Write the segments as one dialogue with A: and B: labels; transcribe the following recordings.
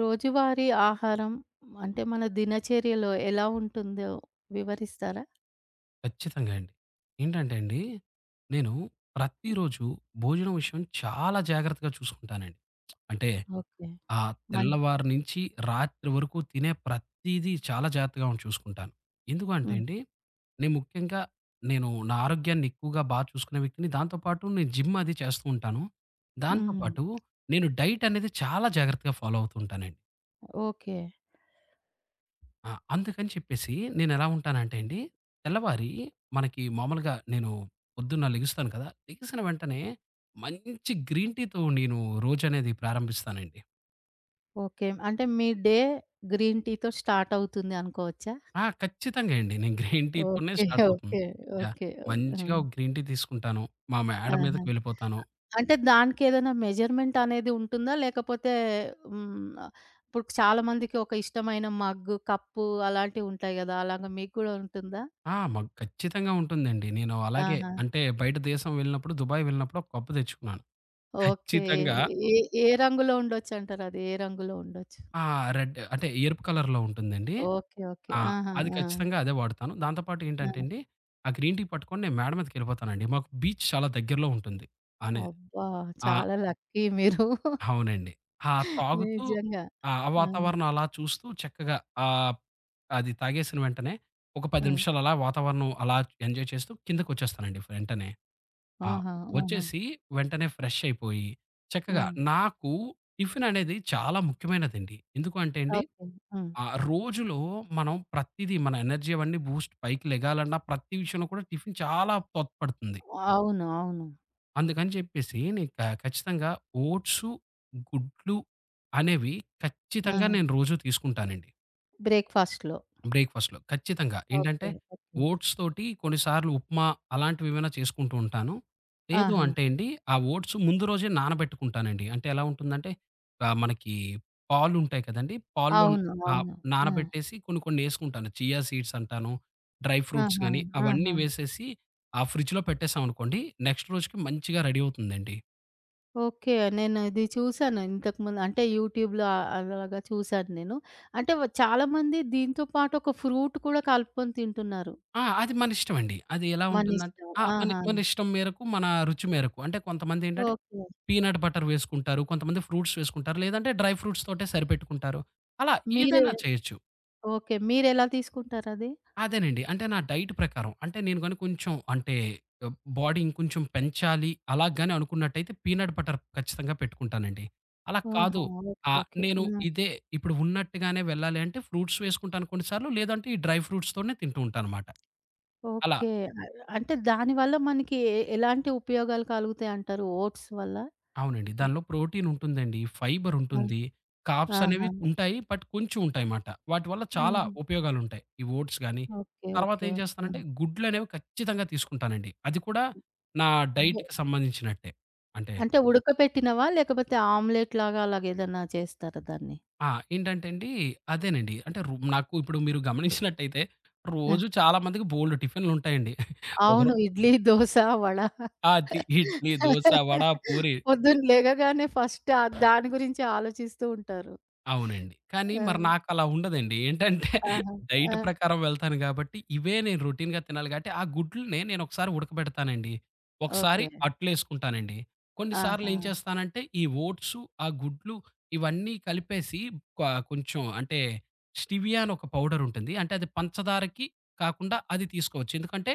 A: రోజువారీ ఆహారం అంటే మన దినచర్యలో ఎలా ఉంటుందో వివరిస్తారా?
B: ఖచ్చితంగా అండి. ఏంటంటే అండి, నేను
A: హ్మ్.
B: ప్రతిరోజు భోజనం విషయం చాలా జాగ్రత్తగా చూసుకుంటానండి. అంటే
A: ఓకే. మన్
B: తెల్లవారి నుంచి రాత్రి వరకు తినే ప్రతీదీ చాలా జాగ్రత్తగా ఉండి చూసుకుంటాను. ఎందుకు అంటే
A: హ్మ్.
B: అండి, నేను ముఖ్యంగా నేను నా ఆరోగ్యాన్ని ఎక్కువగా చూసుకునే వ్యక్తిని. దాంతో పాటు నేను జిమ్ అది చేస్తూ ఉంటాను. దాంతో
A: హ్మ్.
B: పాటు నేను డైట్ అనేది చాలా జాగ్రత్తగా ఫాలో అవుతూ ఉంటానండి.
A: ఓకే.
B: అందుకని చెప్పేసి నేనెలా ఉంటానంటే అండి, తెల్లవారి మనకి మామూలుగా నేను పొద్దున్న లెగుస్తాను కదా! లెగిసిన వెంటనే మంచి గ్రీన్ టీతో నేను రోజనేది ప్రారంభిస్తానండి.
A: ఓకే. అంటే మీ డే గ్రీన్ టీతో స్టార్ట్ అవుతుంది అనుకోవచ్చా?
B: ఆ! ఖచ్చితంగా అండి. నేను గ్రీన్ టీతోనే
A: ఓకే.
B: స్టార్ట్ అవుతుంది.
A: ఓకే.
B: యాహ్!
A: ఓకే.
B: మంచిగా
A: హ్మ్.
B: ఒక గ్రీన్ టీ తీసుకుంటాను. మా మేడ
A: ఆహా!
B: మీదకి వెళ్ళిపోతాను.
A: అంటే దానికేదైనా మెజర్‌మెంట్ అనేది ఉంటుందా? లేకపోతే హ్మ్. ఇప్పుడు చాలా మందికి ఒక ఇష్టమైన మగ్గు, కప్పు అలాంటివి ఉంటాయి గదా! అలాగా మీకు గూడా ఉంటుందా?
B: ఆ! మాకు ఖచ్చితంగా ఉంటుందండి. నేను అలాగే
A: ఆహా!
B: అంటే బయట దేశం వెళ్ళినప్పుడు, దుబాయ్ వెళ్ళినప్పుడు ఒక కప్పు తెచ్చుకున్నాను.
A: ఓకే.
B: ఖచ్చితంగా
A: ఏ ఏ రంగులో ఉండొచ్చంటారు? అది ఏ రంగులో ఉండొచ్చు?
B: ఆ! రెడ్ అంటే ఎరుపు కలర్‌లో ఉంటుందండి.
A: ఓకే. ఓకే.
B: ఆ!
A: ఆహా!
B: అది
A: ఆ!
B: ఖచ్చితంగా అదే వాడతాను. దాంతో పాటు
A: ఆ!
B: ఏంటంటే అండి, ఆ గ్రీన్ టీ పట్టుకొని నేను మేడ మీదకెళ్ళిపోతానండి. మాకు బీచ్ చాలా దగ్గరలో ఉంటుంది. అనే
A: అబ్బా!
B: ఆ!
A: చాలా లక్కీ మీరు.
B: అవునండి. ఆ! తాగుతూ
A: నిజంగా.
B: ఆ!
A: ఆ!
B: వాతావరణం అలా చూస్తూ చక్కగా ఆహ్, అది తాగేసిన వెంటనే ఒక 10
A: ఆ!
B: నిమిషాలు అలా వాతావరణం అలా ఎంజాయ్ చేస్తూ కిందకొచ్చేస్తానండి వెంటనే. ఆ!
A: ఆహా! ఆహా!
B: వచ్చేసి వెంటనే ఫ్రెష్ అయిపోయి చక్కగా
A: హ్మ్.
B: నాకు టిఫిననేది చాలా ముఖ్యమైనదండి. ఎందుకు అంటే అండి
A: ఓకే. హ్మ్.
B: ఆ! రోజులో మనం ప్రతీదీ మన ఎనర్జీ అవన్నీ బూస్ట్ పైకి లెగాలన్నా ప్రతి విషయంలో కూడా టిఫిన్ చాలా తోడ్పడుతుంది.
A: అవును. అవును.
B: అందుకని చెప్పేసి నేను ఖచ్చితంగా ఓట్సు, గుడ్లు అనేవి ఖచ్చితంగా
A: ఆహా!
B: నేను రోజు తీసుకుంటానండి.
A: బ్రేక్‌ఫాస్ట్‌లో.
B: బ్రేక్‌ఫాస్ట్‌లో. ఖచ్చితంగా. ఏంటంటే
A: ఓకే. ఓకే.
B: ఓట్స్ తోటి కొన్నిసార్లు ఉప్మా అలాంటివి ఏమైనా చేసుకుంటూ ఉంటాను. లేదు
A: ఆహా!
B: అంటే అండి ఆ ఓట్స్ ముందు రోజే నానబెట్టుకుంటానండి. అంటే ఎలా ఉంటుందంటే మనకి పాలుంటాయి కదండీ! పాల్లో
A: అవును.
B: ఆ!
A: అవును. ఆ!
B: నానబెట్టేసి కొన్ని కొన్ని ఏసుకుంటాను. చియా సీడ్స్ అంటాను, డ్రై ఫ్రూట్స్
A: ఆహా!
B: గాని అవన్నీ
A: ఆహా!
B: వేసేసి ఆ ఫ్రిడ్జ్‌లో పెట్టేసామనుకోండి నెక్స్ట్ రోజుకి మంచిగా రెడీ అవుతుందండి.
A: ఓకే. నేను ఇది చూసాను ఇంతకుముందు. అంటే యూట్యూబ్‌లో అలాగా చూసాను నేను. అంటే చాలామంది దీంతో పాటు ఒక ఫ్రూట్ కూడా కలుపుకొని తింటున్నారు.
B: ఆ! అది మన ఇష్టమండి. అది ఎలా ఉంటుందంటే
A: మనిష్టం.
B: ఆ! మన
A: ఆహా!
B: మన ఇష్టం మేరకు మన రుచి మేరకు. అంటే కొంతమందేంటంటే
A: ఓకే.
B: పీనట్ బటర్ వేసుకుంటారు. కొంతమంది ఫ్రూట్స్ వేసుకుంటారు. లేదంటే డ్రై ఫ్రూట్స్ తోటే సరిపెట్టుకుంటారు. అలా
A: మీరే
B: ఏదైనా చేయొచ్చు.
A: ఓకే. మీరెలా తీసుకుంటారది?
B: అదేనండి. అంటే నా డైట్ ప్రకారం అంటే నేను గాని కొంచెం అంటే బాడీ ఇంకొంచెం పెంచాలి అలా గాని అనుకున్నట్టయితే పీనట్ బటర్ ఖచ్చితంగా పెట్టుకుంటానండి. అలా
A: ఆహా!
B: కాదు
A: ఓకే. ఓకే.
B: నేను
A: హ్మ్.
B: ఇదే ఇప్పుడు ఉన్నట్టుగానే వెళ్ళాలి అంటే ఫ్రూట్స్ వేసుకుంటాను కొన్ని సార్లు. లేదంటే ఈ డ్రై ఫ్రూట్స్ తోనే తింటూ ఉంటానన్నమాట. అలా.
A: ఓకే. అ అంటే దానివల్ల మనకి ఎలాంటి ఉపయోగాలు కలుగుతాయంటారు ఓట్స్ వల్ల?
B: అవునండి.
A: హ్మ్.
B: దానిలో ప్రోటీన్ ఉంటుందండి. ఫైబర్
A: ఆ!
B: ఉంటుంది. కార్బ్స్
A: ఆహా!
B: అనేవి ఉంటాయి. బట్ కొంచెం ఉంటాయన్నమాట. వాటి వల్ల చాలా
A: హ్మ్.
B: ఉపయోగాలుంటాయి. ఈ ఓట్స్ గాని,
A: ఓకే.
B: తర్వాత
A: ఓకే.
B: ఏం చేస్తానంటే
A: హ్మ్.
B: గుడ్లనేవి ఖచ్చితంగా తీసుకుంటానండి. అది కూడా నా
A: బొ
B: డైట్‌కి సంబంధించినట్టే. అంటే
A: అంటే ఉడకపెట్టినవా? లేకపోతే ఆమ్లెట్‌లాగా అలాగేదన్నా చేస్తారా దాన్ని?
B: ఆ! ఏంటంటే అండి అదేనండి. అంటే నాకు ఇప్పుడు మీరు గమనించినట్టయితే
A: ఆ!
B: రోజు చాలా మందికి బోలెడు టిఫిన్‌లుంటాయండి.
A: అవును.
B: ఒకరు
A: ఇడ్లీ, దోస, వడ.
B: అది ఇడ్లీ, దోస, వడ, పూరి.
A: పొద్దున లెగగానే ఫస్ట్ ఆ దాని గురించే ఆలోచిస్తూ ఉంటారు.
B: అవునండి. కానీ
A: ఆ!
B: మరి నాకలా ఉండదండి. ఏంటంటే
A: ఆహా! ఆ!
B: డైట్ ప్రకారం వెళ్తాను గాబట్టి, ఇవే నేను రొటీన్‌గా తినాలి గాబట్టి, ఆ గుడ్లుని నేనొకసారి ఉడకబెడతానండి. ఒకసారి
A: ఓకే.
B: అట్లేసుకుంటానండి. కొన్నిసార్లు
A: ఆహా!
B: ఏం చేస్తానంటే, ఈ ఓట్సు, ఆ గుడ్లు ఇవన్నీ కలిపేసి క కొంచెం అంటే స్టివియా అని ఒక పౌడరుంటుంది. అంటే అది పంచదారకి కాకుండా అది తీసుకోవచ్చు. ఎందుకంటే,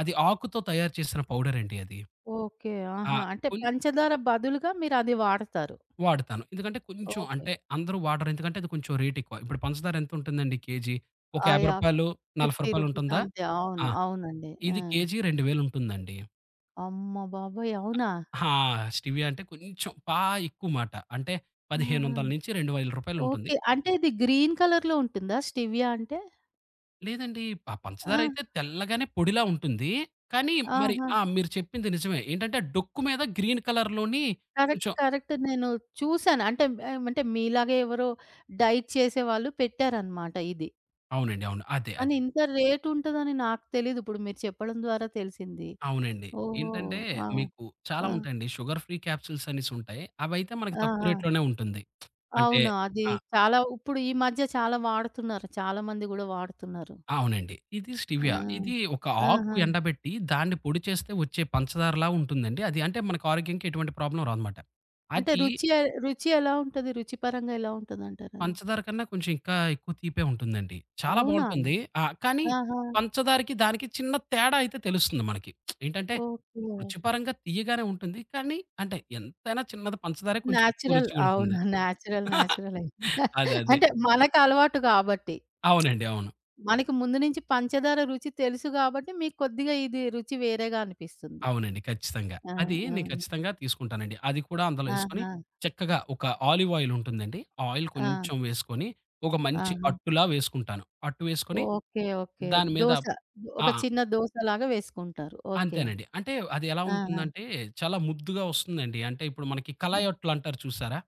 B: అది ఆకుతో తయారు చేసిన పౌడరండి అది.
A: ఓకే.
B: ఆ!
A: ఆహా! అంటే
B: కొన్
A: పంచదార బదులుగా మీరది వాడతారు.
B: వాడతాను. ఎందుకంటే కొంచెం
A: ఓకే.
B: అంటే అందరూ వాడరు. ఎందుకంటే అది కొంచెం రేట్ ఎక్కువ. ఇప్పుడు పంచదార ఎంత ఉంటుందండి కేజీ? ఒక
A: ఆ!
B: రూ. 50,
A: యాహ్!
B: రూ.
A: రూ.
B: 40
A: 50
B: ఉంటుందా?
A: అంతే. అవును.
B: ఆ!
A: అవునండి. ఆ!
B: ఇది కేజీ 2000 ఉంటుందండి.
A: అమ్మ బాబోయ్! అవునా?
B: ఆ! స్టెవియా అంటే కొంచెం ఎక్కువ మాట. అంటే
A: ఆ! ఆ!
B: 1500-2000 ఉంటుంది.
A: ఓకే. అంటే ఇది గ్రీన్ కలర్‌లో ఉంటుందా స్టెవియా అంటే?
B: లేదండి ఆ
A: ఆ!
B: పంచదార అయితే తెల్లగానే పొడిలా ఉంటుంది. కానీ మరి
A: ఆహా!
B: ఆ! మీరు చెప్పింది నిజమే. ఏంటంటే డొక్కు మీద గ్రీన్ కలర్‌లోని
A: కరెక్ట్.
B: కొంచెం
A: కరెక్ట్. నేను చూసాను. అంటే అంటే మీలాగే ఎవరో డైట్ చేసేవాళ్ళు పెట్టారనమాట ఇది.
B: అవునండి. అవును. అదే.
A: కానీ
B: అదే.
A: ఇంత రేట్ ఉంటదని నాకు తెలీదు. ఇప్పుడు మీరు చెప్పడం ద్వారా తెలిసింది.
B: అవునండి.
A: ఓహో!
B: ఏంటంటే
A: ఆ!
B: మీకు చాలా
A: ఆ!
B: ఉంటాయండి. షుగర్ ఫ్రీ క్యాప్సూల్స్ అనేసుంటాయి. అవైతే మనకి
A: ఆ!
B: తక్కువ
A: ఆ!
B: రేట్‌లోనే ఉంటుంది. అంటే
A: అవును. అది
B: ఆ!
A: చాలా ఇప్పుడు ఈ మధ్య చాలా వాడుతున్నారు. చాలా మంది గూడా వాడుతున్నారు.
B: అవునండి. ఇది
A: ఆ!
B: స్టెవియా. ఇది ఒక ఆకు
A: ఆహా!
B: ఎండబెట్టి దాన్ని పొడి చేస్తే వచ్చే పంచదారలా ఉంటుందండి. అది అంటే మనకు ఆరోగ్యానికి ఎటువంటి ప్రాబ్లమ్ రాదనమాట.
A: అంటే
B: అది
A: రుచి రుచి ఎలా ఉంటది? రుచిపరంగా ఎలా ఉంటదంటారది?
B: పంచదార కన్నా కొంచెం ఇంకా ఎక్కువ తీపే ఉంటుందండి. చాలా
A: అవునా?
B: బావుంటుంది. ఆ! కానీ
A: ఆహా!
B: పంచదారకి, దానికి చిన్న తేడా అయితే తెలుస్తుంది మనకి. ఏంటంటే
A: ఓకే.
B: రుచిపరంగా తియ్యగానే ఉంటుంది. కానీ అంటే ఎంతైనా చిన్నది పంచదారే కొంచెం ఎక్కువ
A: నేచురల్.
B: రుచిగుంటుంది.
A: అవును. నేచురల్ అయింది.
B: అదదే.
A: అంటే మనకు అలవాటు గాబట్టి.
B: అవునండి. అవును.
A: మనకి ముందు నుంచి పంచదార రుచి తెలుసు గాబట్టి, మీకు కొద్దిగా ఇది రుచి వేరేగా అనిపిస్తుంది.
B: అవునండి. ఖచ్చితంగా.
A: ఆ!
B: అది
A: ఆ!
B: నేను ఖచ్చితంగా తీసుకుంటానండి. అది కూడా అందులో యేసుకొని
A: ఆహా!
B: చక్కగా ఒక ఆలివ్ ఆయిల్ ఉంటుందండి. ఆ ఆయిల్
A: ఆ!
B: కొంచెం వేసుకొని ఒక మంచి
A: ఆహా!
B: అట్టులా వేసుకుంటాను. అట్టు వేసుకొని
A: ఓకే. ఓకే.
B: దాని మీద
A: దోస. ఒక
B: ఆ!
A: చిన్న దోసలాగా వేసుకుంటారు. ఓకే.
B: అంతేనండి. అంటే అది ఎలా
A: ఆహా!
B: ఉంటుందంటే చాలా ముద్దుగా వస్తుందండి. అంటే ఇప్పుడు మనకి
A: ఆ!
B: కలాయి అట్లు అంటారు చూసారా?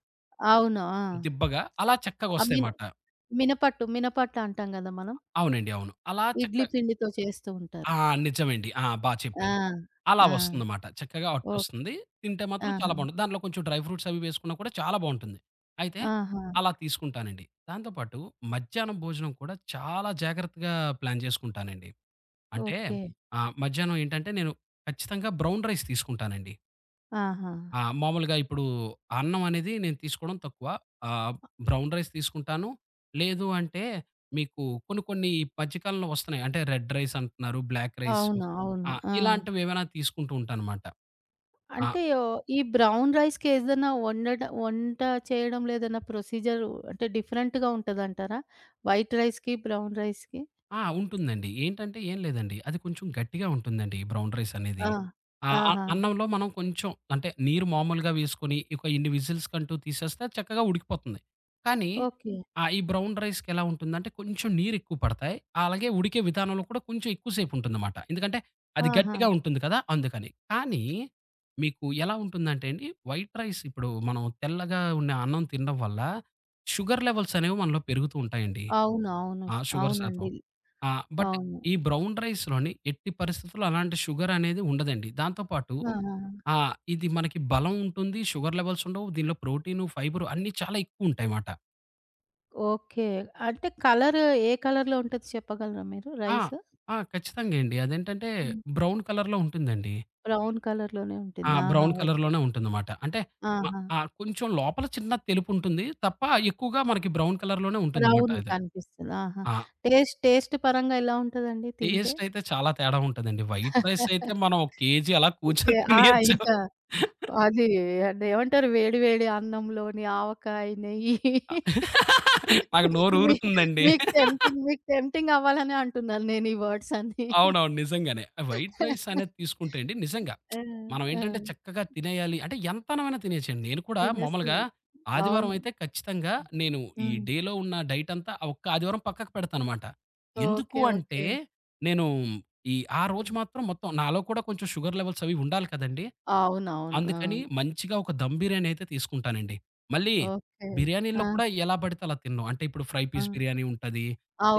A: అవును. ఆ!
B: దిబ్బగా అలా
A: ఆ
B: చక్కగొస్తాయి మాట.
A: మినపట్టు అంటాం గదా! మనం.
B: అవునండి. అవును. అలా చక్క
A: ఇడ్లీ పిండితో చేస్తూ
B: ఆ!
A: ఉంటారు.
B: నిజమండి. ఆ! బా
A: ఆ!
B: చెప్పారు.
A: ఆ!
B: అలా వస్తుందన్నమాట. చక్కగా
A: ఓ
B: అట్టొస్తుంది. తింటే మాత్రం చాలా
A: ఆహా!
B: బావుంటుంది. దాంట్లో కొంచెం డ్రై ఫ్రూట్స్ అవి వేసుకున్నా కూడా చాలా బావుంటుంది. అయితే
A: ఆహా!
B: అలా తీసుకుంటానండి. దాంతో పాటు మధ్యాహ్నం భోజనం కూడా చాలా జాగ్రత్తగా ప్లాన్ చేసుకుంటానండి. అంటే
A: ఓకే.
B: మధ్యాహ్నం ఏంటంటే నేను ఖచ్చితంగా బ్రౌన్ రైస్ తీసుకుంటానండి.
A: ఆహా!
B: ఆ! మామూలుగా ఇప్పుడు అన్నం అనేది నేను తీసుకోవడం తక్కువ. ఆహ్, బ్రౌన్ రైస్ తీసుకుంటాను. లేదు అంటే మీకు కొన్ని కొన్ని ఈ మధ్య కాలంలో వస్తున్నాయి. అంటే రెడ్ రైస్ అంటున్నారు, బ్లాక్ రైసు.
A: అవును. అవును.
B: ఆ!
A: ఆ!
B: ఇలాంటివేమైనా తీసుకుంటూ ఉంటానమాట. ఆ!
A: అంటే ఓహ్, ఈ బ్రౌన్ రైస్‌కి ఏదైనా వంట చేయడంలో ఏదైనా ప్రొసీజర్ అంటే డిఫరెంట్‌గా ఉంటదంటారా? వైట్ రైస్‌కి, బ్రౌన్ రైస్‌కి?
B: ఆ! ఉంటుందండి. ఏంటంటే ఏం లేదండి. అది కొంచెం గట్టిగా ఉంటుందండి ఈ బ్రౌన్ రైస్ అనేది.
A: ఆ!
B: ఆహ్, అ
A: ఆహా!
B: అన్నంలో మనం కొంచెం అంటే నీరు మామూలుగా వేసుకొని ఒక ఇన్ని విజిల్స్ కంటూ తీసేస్తే చక్కగా ఉడికిపోతుంది. కానీ
A: ఓకే.
B: ఈ బ్రౌన్ రైస్‌కి ఎలా ఉంటుందంటే కొంచెం నీరు ఎక్కువ పడతాయి. అలాగే ఉడికే విధానంలో కూడా కొంచెం ఎక్కువ సేపు ఉంటుందన్నమాట. ఎందుకంటే అది
A: ఆహా!
B: గట్టిగా ఉంటుంది కదా! అందుకని. కానీ మీకు ఎలా ఉంటుందంటే అండి వైట్ రైస్ ఇప్పుడు మనం తెల్లగా ఉండే అన్నం తినడం వల్ల షుగర్ లెవెల్స్ అనేవి మనలో పెరుగుతూ ఉంటాయండి.
A: అవును. అవును.
B: ఆ! షుగర్ శాతం.
A: అవునండి.
B: ఆ! బట్
A: అవును.
B: ఈ బ్రౌన్ రైస్‌లోని ఎట్టి పరిస్థితుల్లో అలాంటి షుగర్ అనేది ఉండదండి. దాంతో పాటు
A: ఆహా!
B: ఇది మనకి బలం ఉంటుంది. షుగర్ లెవెల్స్ ఉండవు. దీనిలో ప్రోటీను, ఫైబర్ అన్నీ చాలా ఎక్కువ ఉంటాయన్నమాట.
A: ఓకే. అంటే ఏ కలర్‌లో ఉంటది చెప్పగలరా మీరు
B: ఆ!
A: రైస్?
B: ఆ! ఖచ్చితంగా అండి. అదేంటంటే
A: హ్మ్.
B: బ్రౌన్ కలర్‌లో ఉంటుందండి.
A: బ్రౌన్ కలర్‌లోనే
B: ఆ!
A: ఉంటుంది. ఆహా!
B: Brown
A: okay.
B: కలర్‌లోనే ఉంటుందన్నమాట. అంటే మ
A: ఆహా!
B: ఆ! కొంచెం లోపల చిన్న తెలుపు ఉంటుంది తప్ప ఎక్కువగా మనకి బ్రౌన్ కలర్‌లోనే ఉంటుందన్నమాట
A: బ్రౌన్
B: అది.
A: కనిపిస్తది. ఆహా!
B: ఆ!
A: టేస్ట్ టేస్ట్ పరంగా ఎలా ఉంటదండి తింటే?
B: టేస్ట్ అయితే చాలా తేడా ఉంటదండి. వైట్ రైస్ అయితే మనం ఒక కేజీ అలా
A: ఓకే.
B: కూర్చొని
A: ఆ!
B: తినేయొచ్చు.
A: ఇంకా అది అంటే ఏమంటారు వేడి వేడి అన్నంలోని ఆవకాయ, నెయ్యి
B: అ నాకు నోరు
A: మీ
B: ఊరుతుందండి.
A: మీకు టెంప్టింగ్ అవ్వాలనే అంటున్నాను నేను ఈ వర్డ్స్ అన్నీ.
B: అవునవును. నిజంగానే. వైట్ రైస్ అనేది తీసుకుంటే అండి నిజంగా
A: ఆ!
B: మనం
A: ఆ!
B: ఏంటంటే చక్కగా తినేయాలి అంటే ఎంతనమైనా తినేయొచ్చండి. నేను కూడా
A: తినేస్తూ
B: మామూలుగా
A: ఉం
B: ఆదివారం
A: అవును.
B: అయితే ఖచ్చితంగా నేను ఈ
A: హ్మ్.
B: డేలో ఉన్న డైట్ అంతా ఆ ఒక్క ఆదివారం పక్కకు పెడతానమాట. ఎందుకు
A: ఓకే.
B: అంటే
A: ఓకే.
B: నేను ఈ ఆ
A: ఆ!
B: రోజు మాత్రం మొత్తం నాలో కూడా కొంచెం షుగర్ లెవెల్స్ అవి ఉండాలి కదండీ!
A: అవునవును. ఆ!
B: అందుకని మంచిగా ఒక దమ్ బిర్యానీ అయితే తీసుకుంటానండి. మళ్ళీ
A: ఓకే.
B: బిర్యానీల్లో
A: ఆ!
B: కూడా ఎలా పడితే అలా తినను. అంటే ఇప్పుడు ఫ్రై
A: ఆ!
B: పీస్ బిర్యానీ ఉంటది.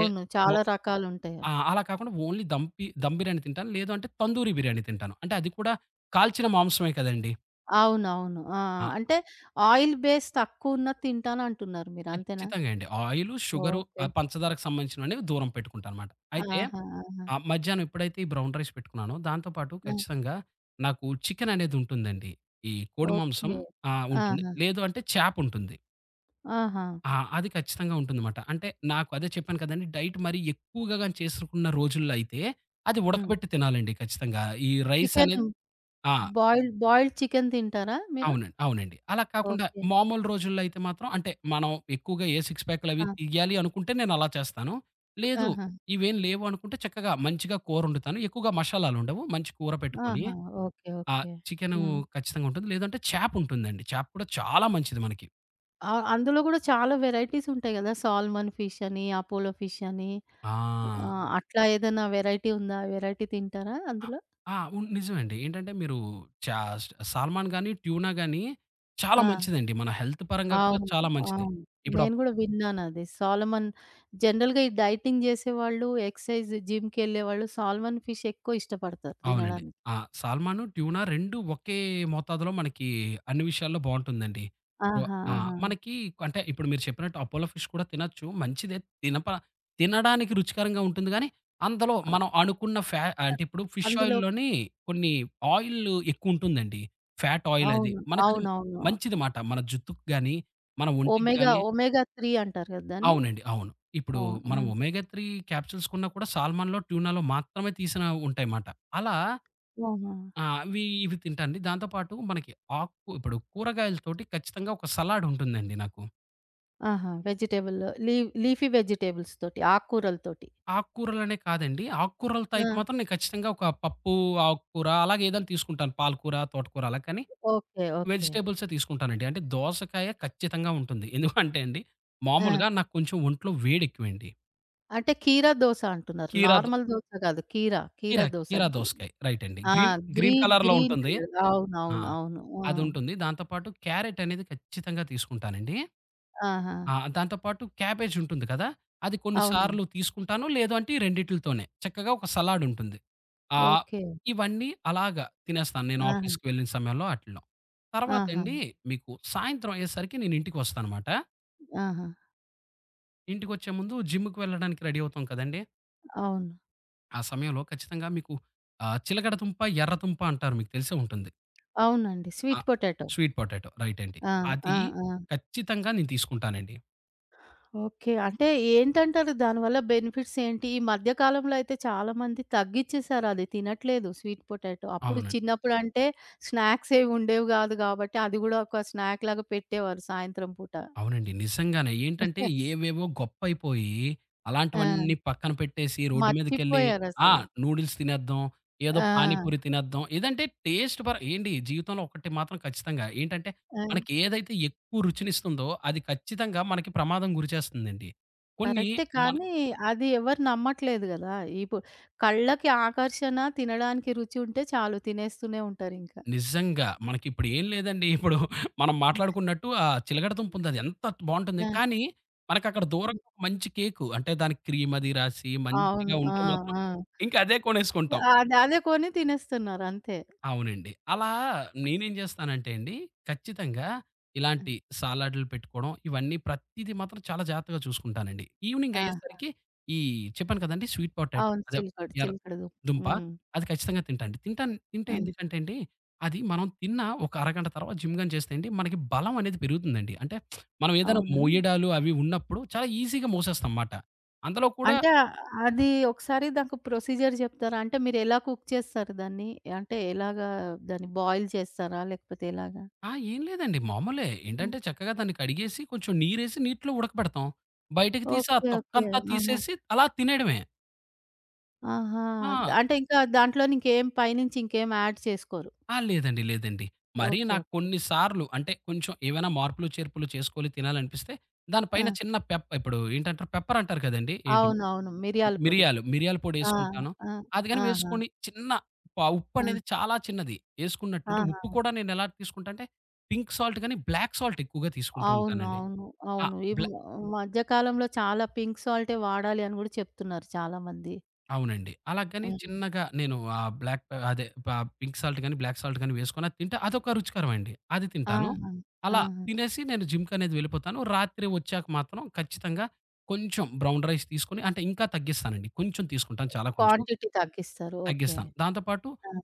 B: లే మొ
A: చాలా రకాలుంటాయి.
B: ఆ! అలా కాకుండా ఓన్లీ దమ్ బిర్యానీ తింటాను. లేదు అంటే తందూరి బిర్యానీ తింటాను. అంటే అది కూడా కాల్చిన మాంసమే కదండీ!
A: అవునవును. ఆ!
B: ఆ!
A: అంటే ఆయిల్ బేస్ తక్కువున్నది తింటానంటున్నారు మీరు. అంతేనా?
B: ఖచ్చితంగా అండి. Oil, sugar
A: okay.
B: పంచదారకు సంబంధించినవనేవి దూరం పెట్టుకుంటానమాట. అయితే
A: ఆహా! ఆహా!
B: ఆ! మధ్యాహ్నం ఎప్పుడైతే ఈ బ్రౌన్ రైస్ పెట్టుకున్నానో దాంతో పాటు
A: ఆ!
B: ఖచ్చితంగా నాకు చికెన్ అనేది ఉంటుందండి. ఈ కోడి మాంసం
A: ఓకే.
B: ఉంటుంది.
A: ఆహా!
B: లేదు అంటే చేప ఉంటుంది.
A: ఆహా!
B: ఆ! అది ఖచ్చితంగా ఉంటుందమాట. అంటే నాకు అదే చెప్పాను కదండీ! డైట్ మరి ఎక్కువగా గాని చేసుకున్న రోజుల్లో అయితే, అది
A: హ్మ్.
B: ఉడకబెట్టి తినాలండి ఖచ్చితంగా. ఈ రైస్
A: చికెన్
B: అనేది ఆ!
A: బాయిల్డ్ బాయిల్డ్ చికెన్ తింటారా మీరు?
B: అవునండి. అవునండి. అలా కాకుండా
A: ఓకే.
B: మామూలు రోజుల్లో అయితే మాత్రం అంటే మనం ఎక్కువగా ఏ సిక్స్
A: ఆ!
B: ప్యాక్‌లవి తియ్యాలి అనుకుంటే నేను అలా చేస్తాను. లేదు
A: ఆహా!
B: ఇవేం లేవు అనుకుంటే చక్కగా మంచిగా కూరొండుతాను. ఎక్కువగా మషాలాలుండవు. మంచి కూర పెట్టుకొని
A: ఆహా! ఓకే.
B: ఆ!
A: ఓకే.
B: చికెను
A: హ్మ్.
B: ఖచ్చితంగా ఉంటుంది. లేదంటే చేప ఉంటుందండి. చేప కూడా చాలా మంచిది మనకి.
A: ఆ! అందులో గూడా చాలా వెరైటీస్ ఉంటాయి గదా! సాల్మన్ ఫిష్ అని, అపోలో ఫిష్ అని
B: ఆ!
A: ఆహ్, అట్లా ఏదైనా వెరైటీ ఉందా? వెరైటీ తింటారా
B: ఆ!
A: అందులో?
B: ఆ! నిజమండి. ఏంటంటే మీరు చా స్ 'సాల్మాన్' గాని, 'ట్యూనా' గాని చాలా
A: ఆ!
B: మంచిదండి. మన హెల్త్ పరంగా కూడా
A: అవును.
B: చాలా మంచిది.
A: అవును.
B: ఇప్పుడు ఆ
A: నేను గూడా విన్నానది. సాల్‌మన్ జనరల్‌గా ఈ డైటింగ్ జేసేవాళ్ళు, ఎక్సర్‌సైజ్ జిమ్‌కెళ్ళేవాళ్ళు సాల్‌మన్ ఫిష్ ఎక్కువ ఇష్టపడతారు
B: అవునండి.
A: తినడానికి.
B: ఆ! సాల్మను, ట్యూనా 2 ఒకే మోతాదులో మనకి అన్ని విషయాల్లో బావుంటుందండి. రొ
A: ఆహా!
B: ఆ!
A: ఆహా!
B: మనకి అంటే ఇప్పుడు మీరు చెప్పినట్టు అపోలో ఫిష్ కూడా తినొచ్చు. మంచిదే తినప తినడానికి రుచికరంగా ఉంటుంది గానీ, అందులో
A: అ
B: మనం అనుకున్న
A: అ
B: అంటే ఇప్పుడు ఫిష్
A: అందులో
B: ఆయిల్‌లోని కొన్ని ఆయిల్లు ఎక్కువుంటుందండి. ఫ్యాట్ ఆయిల్ అది.
A: అవును.
B: మనకది
A: అవునవును.
B: మంచిది మాట. మన జుత్తుకి గానీ, మన ఒంటికి
A: ఒమెగా
B: గానీ
A: ఒమెగా 3 అంటారు గదా! దాన్ని.
B: అవునండి. అవును. ఇప్పుడు
A: అవును.
B: మనం
A: హ్మ్.
B: ఒమేగా 3 క్యాప్సూల్స్ కొన్నా కూడా సాల్మన్‌లో, ట్యూనాలో మాత్రమే తీసిన ఉంటాయి మాట. అలా
A: ఆహా!
B: ఆ! అవి ఇవి తింటానండి. దాంతో పాటు మనకి ఆకు ఇప్పుడు కూరగాయలతోటి ఖచ్చితంగా ఒక సలాడ్ ఉంటుందండి నాకు.
A: ఆహా! లీ లీఫీ వెజిటబుల్స్ తోటి, ఆకుకూరలతోటి.
B: ఆకుకూరలనే కాదండి. ఆకుకూరలతో అయితే
A: ఆ!
B: మాత్రం నేను ఖచ్చితంగా ఒక పప్పు, ఆకుకూర అలాగే ఏదైనా తీసుకుంటాను. పాలకూర, తోటకూర అలా కానీ
A: ఓకే. ఓకే.
B: వెజిటబుల్సే తీసుకుంటానండి. అంటే దోసకాయ ఖచ్చితంగా ఉంటుంది. ఎందుకంటే అండి
A: ఆ!
B: మామూలుగా నాకు కొంచెం ఒంట్లో వేడెక్కువండి.
A: అంటే కీరా దోస అంటున్నారు.
B: కీరా దో
A: నార్మల్ దోస గాదు. కీరా
B: కీరా
A: దోస.
B: కీరా దోసకాయ రైట్ అండి.
A: ఆ!
B: గ్రీన్ గ్రీన్ కలర్‌లో
A: గ్రీన్
B: ఉంటుంది.
A: కలర్.
B: ఆ!
A: అవునవును. అవును. అవును. ఆ!
B: అదుంటుంది. దాంతో పాటు క్యారెట్ అనేది ఖచ్చితంగా తీసుకుంటానండి.
A: ఆహా!
B: ఆ! దాంతో పాటు క్యాబేజ్ ఉంటుంది కదా! అది కొన్ని
A: అవును.
B: సార్లు తీసుకుంటాను. లేదు అంటే ఈ రెండిట్లితోనే. చక్కగా ఒక సలాడ్ ఉంటుంది. ఆహ్,
A: ఓకే.
B: ఇవన్నీ అలాగా తినేస్తాను నేను
A: ఆహా!
B: ఆఫీస్‌కి వెళ్ళిన సమయంలో ఆటిల్లో.
A: ఆహా!
B: తర్వాతండి మీకు సాయంత్రం అయ్యేసరికి నేను ఇంటికొస్తానమాట.
A: ఆహా!
B: ఇంటికొచ్చే ముందు జిమ్‌కి వెళ్ళడానికి రెడీ అవుతాం కదండీ!
A: అవును.
B: ఆ సమయంలో ఖచ్చితంగా మీకు చిలకడ దుంప, ఎర్ర దుంప అంటారు. మీకు తెలిసే ఉంటుంది.
A: అవునండి.
B: ఆ!
A: Sweet potato.
B: Sweet potato right అండి.
A: ఆ! ఆ!
B: అది
A: ఆ!
B: ఖచ్చితంగా నేను తీసుకుంటానండి.
A: ఓకే. అంటే ఏంటంటారు దానివల్ల బెనిఫిట్స్ ఏంటి? ఈ మధ్య కాలంలో అయితే చాలామంది తగ్గిచ్చేసారు అది తినట్లేదు స్వీట్ పొటాటో. అప్పుడు
B: అవునండి.
A: చిన్నప్పుడు అంటే స్నాక్స్ ఏవి ఉండేవి గాదు గాబట్టి అది గూడా ఒక స్నాక్ లాగా పెట్టేవారు సాయంత్రం పూట.
B: అవునండి. నిజంగానే. ఏంటంటే ఏవేవో గొప్పయిపోయి,
A: ఆ!
B: అలాంటివన్నీ పక్కన పెట్టేసి రోడ్డు మీదకెళ్ళి ఆ!
A: మర్చిపోయారసలు.
B: నూడిల్స్ తినేద్దాం, ఏదో
A: ఆ!
B: పానీపూరి తినేద్దాం. ఏదంటే టేస్ట్ పర ఏండి జీవితంలో ఒకటి మాత్రం ఖచ్చితంగా ఏంటంటే, మనకి
A: ఆ!
B: ఏదైతే ఎక్కువ రుచినిస్తుందో అది ఖచ్చితంగా మనకి ప్రమాదం గురి చేస్తుందండి. కొన్ని
A: కరెక్టే.
B: మన
A: కానీ అది ఎవరు నమ్మట్లేదు గదా! ఇపు కళ్ళకి ఆకర్షణ, తినడానికి రుచి ఉంటే చాలు తినేస్తూనే ఉంటారింకా.
B: నిజంగా. మనకిప్పుడు ఏం లేదండి. ఇప్పుడు మనం మాట్లాడుకున్నట్టు ఆ చిలగడ దుంపుందది ఎంత బావుంటుంది.
A: ఆ!
B: కానీ, మనకక్కడ
A: హ్మ్.
B: దూరంగా ఒక మంచి కేకు అంటే దానికి క్రీమ్ అది రాసి
A: అవును.
B: మంచిగా
A: ఆ!
B: ఉంటే మాత్రం
A: ఆ!
B: ఇంకదే కొనేసుకుంటాం.
A: అది అదే కొని తినేస్తున్నారు అంతే.
B: అవునండి. అలా నేనేం జేస్తానంటే అండి, ఖచ్చితంగా ఇలాంటి సాలడ్‌లు పెట్టుకోవడం, ఇవన్నీ ప్రతీది మాత్రం చాలా జాగ్రత్తగా చూసుకుంటానండి. ఈవెనింగ్
A: ఆ!
B: అయ్యేసరికి ఈ చెప్పాను కదండీ స్వీట్ పొటాటో
A: అవును.
B: అదే
A: చిలకడ
B: ఎర్ర
A: చిలకడ దుంప.
B: దుంప
A: హ్మ్.
B: అది ఖచ్చితంగా తింటానండి. తింటే
A: ఆ!
B: ఎందుకంటే అండి, అది మనం తిన్న ఒక అరగంట తర్వాత జిమ్ గాని చేస్తే అండి, మనకి బలం అనేది పెరుగుతుందండి. అంటే మనం ఏదైనా
A: అవునా?
B: మోయడాలు అవి ఉన్నప్పుడు చాలా ఈజీగా మోసేస్తాం మాట. అందులో కూడా
A: అంటే ఆ- అది ఒకసారి నాకు ప్రొసీజర్ జెప్తారా? అంటే మీరెలా కుక్ చేస్తారు దాన్ని? అంటే ఎలాగా దాన్ని బాయిల్ చేస్తారా? లేకపోతే ఎలాగా?
B: ఆ! ఏం లేదండి. మామూలే.
A: హ్మ్.
B: ఏంటంటే చక్కగా దాన్ని కడిగేసి కొంచెం నీరేసి నీటిలో ఉడకబెడతాం. బయటకి తీసి ఆ
A: ఓకే. ఓకే.
B: తొక్కంతా
A: ఆహా!
B: తీసేసి అలా తినేయడమే.
A: ఆహా!
B: ఆ!
A: అంటే ఇంకా దాంట్లోని ఇంకేం పైనుంచి ఇంకేం యాడ్ చేసుకోరు.
B: ఆ! లేదండి. లేదండి. మరి
A: ఓకే.
B: నాకు
A: ఓకే.
B: కొన్ని సార్లు అంటే కొంచెం ఏవైనా మార్పులు, చేర్పులు చేసుకొని తినాలనిపిస్తే దాని
A: ఆ!
B: పైన చిన్న ఇప్పుడు ఏంటంటారు పెప్పర్ అంటారు కదండీ! ఏంటి
A: అవునవును. మిరియాల పొడి.
B: మిరియాలు, మిరియాల
A: ఆ!
B: పొడేసుకుంటాను.
A: ఆ!
B: అది గాని
A: ఆహా!
B: వేసుకొని చిన్న
A: ఆ!
B: ఉప్పనేది చాలా చిన్నది ఏసుకున్నట్టుంటే
A: ఆహా!
B: ఉప్పు కూడా నేను ఎలా తీసుకుంటా అంటే పింక్ సాల్ట్ గాని, బ్లాక్ సాల్ట్ ఎక్కువగా తీసుకుంటూ
A: అవును.
B: ఉంటానండి.
A: అవును.
B: ఆ!
A: అవును. ఈ మ
B: బ్లా
A: మధ్య కాలంలో చాలా పింక్ సాల్టే వాడాలి అని గూడా చెప్తున్నారు చాలామంది.
B: అవునండి. అలాగని
A: హ్మ్.
B: చిన్నగా నేను ఆహ్, బ్లాక్ పె అదే ప పింక్ సాల్ట్ గాని, బ్లాక్ సాల్ట్ గాని వేసుకొని అది తింటే అదొక రుచికరం అండి. అది తింటాను.
A: ఆహా!
B: అలా
A: ఆహా!
B: తినేసి నేను జిమ్‌కనేది వెళ్ళిపోతాను. రాత్రి వచ్చాక మాత్రం ఖచ్చితంగా కొంచెం బ్రౌన్ రైస్ తీసుకొని అంటే ఇంకా తగ్గిస్తానండి. కొంచెం తీసుకుంటాను. చాలా కొంచెం
A: క్వాంటిటీ తగ్గిస్తారు. ఓకే.
B: తగ్గిస్తాను. దాంతో పాటు
A: ఆహా!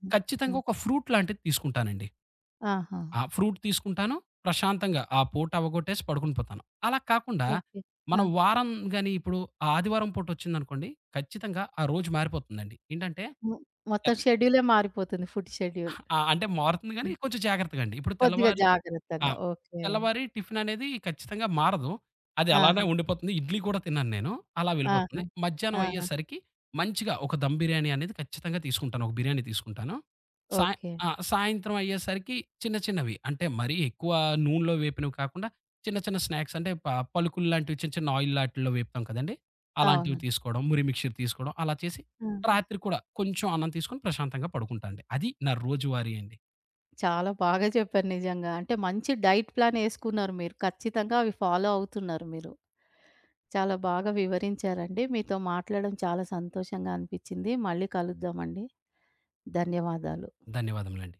A: ఆ!
B: ఖచ్చితంగా ఒక ఫ్రూట్ లాంటిది తీసుకుంటానండి.
A: ఆహా!
B: ఆ ఫ్రూట్ తీసుకుంటాను. ప్రశాంతంగా ఆ పూట అవ్వగొట్టేసి పడుకొని పోతాను. అలా కాకుండా
A: ఓకే.
B: మనం
A: ఆ!
B: వారం గాని ఇప్పుడు ఆ ఆదివారం పూట వచ్చిందనుకోండి, ఖచ్చితంగా ఆ రోజు మారిపోతుందండి. ఏంటంటే
A: మొ మొత్తం
B: ఎక్
A: షెడ్యూలే మారిపోతుంది. Food schedule.
B: ఆ! అంటే మారుతుంది గానీ
A: హ్మ్.
B: కొంచెం జాగ్రత్తగా అండి. ఇప్పుడు
A: కొద్దిగా
B: తెల్లవారి ఆ!
A: జాగ్రత్తగా. ఓకే.
B: తెల్లవారి టిఫిననేది ఖచ్చితంగా మారదు. అది
A: ఆహా!
B: అలానే ఉండిపోతుంది. ఇడ్లీ కూడా తినను నేను. అలా
A: ఆహా!
B: వెళ్ళిపోతుంది. మధ్యాహ్నం
A: ఆహా!
B: అయ్యేసరికి మంచిగా ఒక దమ్ బిర్యానీ అనేది ఖచ్చితంగా తీసుకుంటాను. ఒక బిర్యానీ తీసుకుంటాను. సాయ
A: ఓకే.
B: ఆ! సాయంత్రం అయ్యేసరికి చిన్న చిన్నవి అంటే మరీ ఎక్కువ నూనెలో వేపినవి కాకుండా చిన్న చిన్న స్నాక్స్ అంటే పలుకులు లాంటివి చిన్న చిన్న ఆయిల్ ఆటిల్లో వేపుతాం కదండీ! అలాంటివి
A: అవును.
B: తీసుకోవడం, మురి మిక్చర్ తీసుకోవడం అలా చేసి
A: ఆహా!
B: రాత్రి కూడా కొంచెం అన్నం తీసుకొని ప్రశాంతంగా పడుకుంటా అండి. అది నా రోజువారీ అండి.
A: చాలా బాగా చెప్పారు నిజంగా. అంటే మంచి డైట్ ప్లాన్ ఏసుకున్నారు మీరు. ఖచ్చితంగా అవి ఫాలో అవుతున్నారు మీరు. చాలా బాగా వివరించారండి. మీతో మాట్లాడడం చాలా సంతోషంగా అనిపిచ్చింది. మళ్ళీ కలుద్దామండి. ధన్యవాదాలు.
B: ధన్యవాదములండి.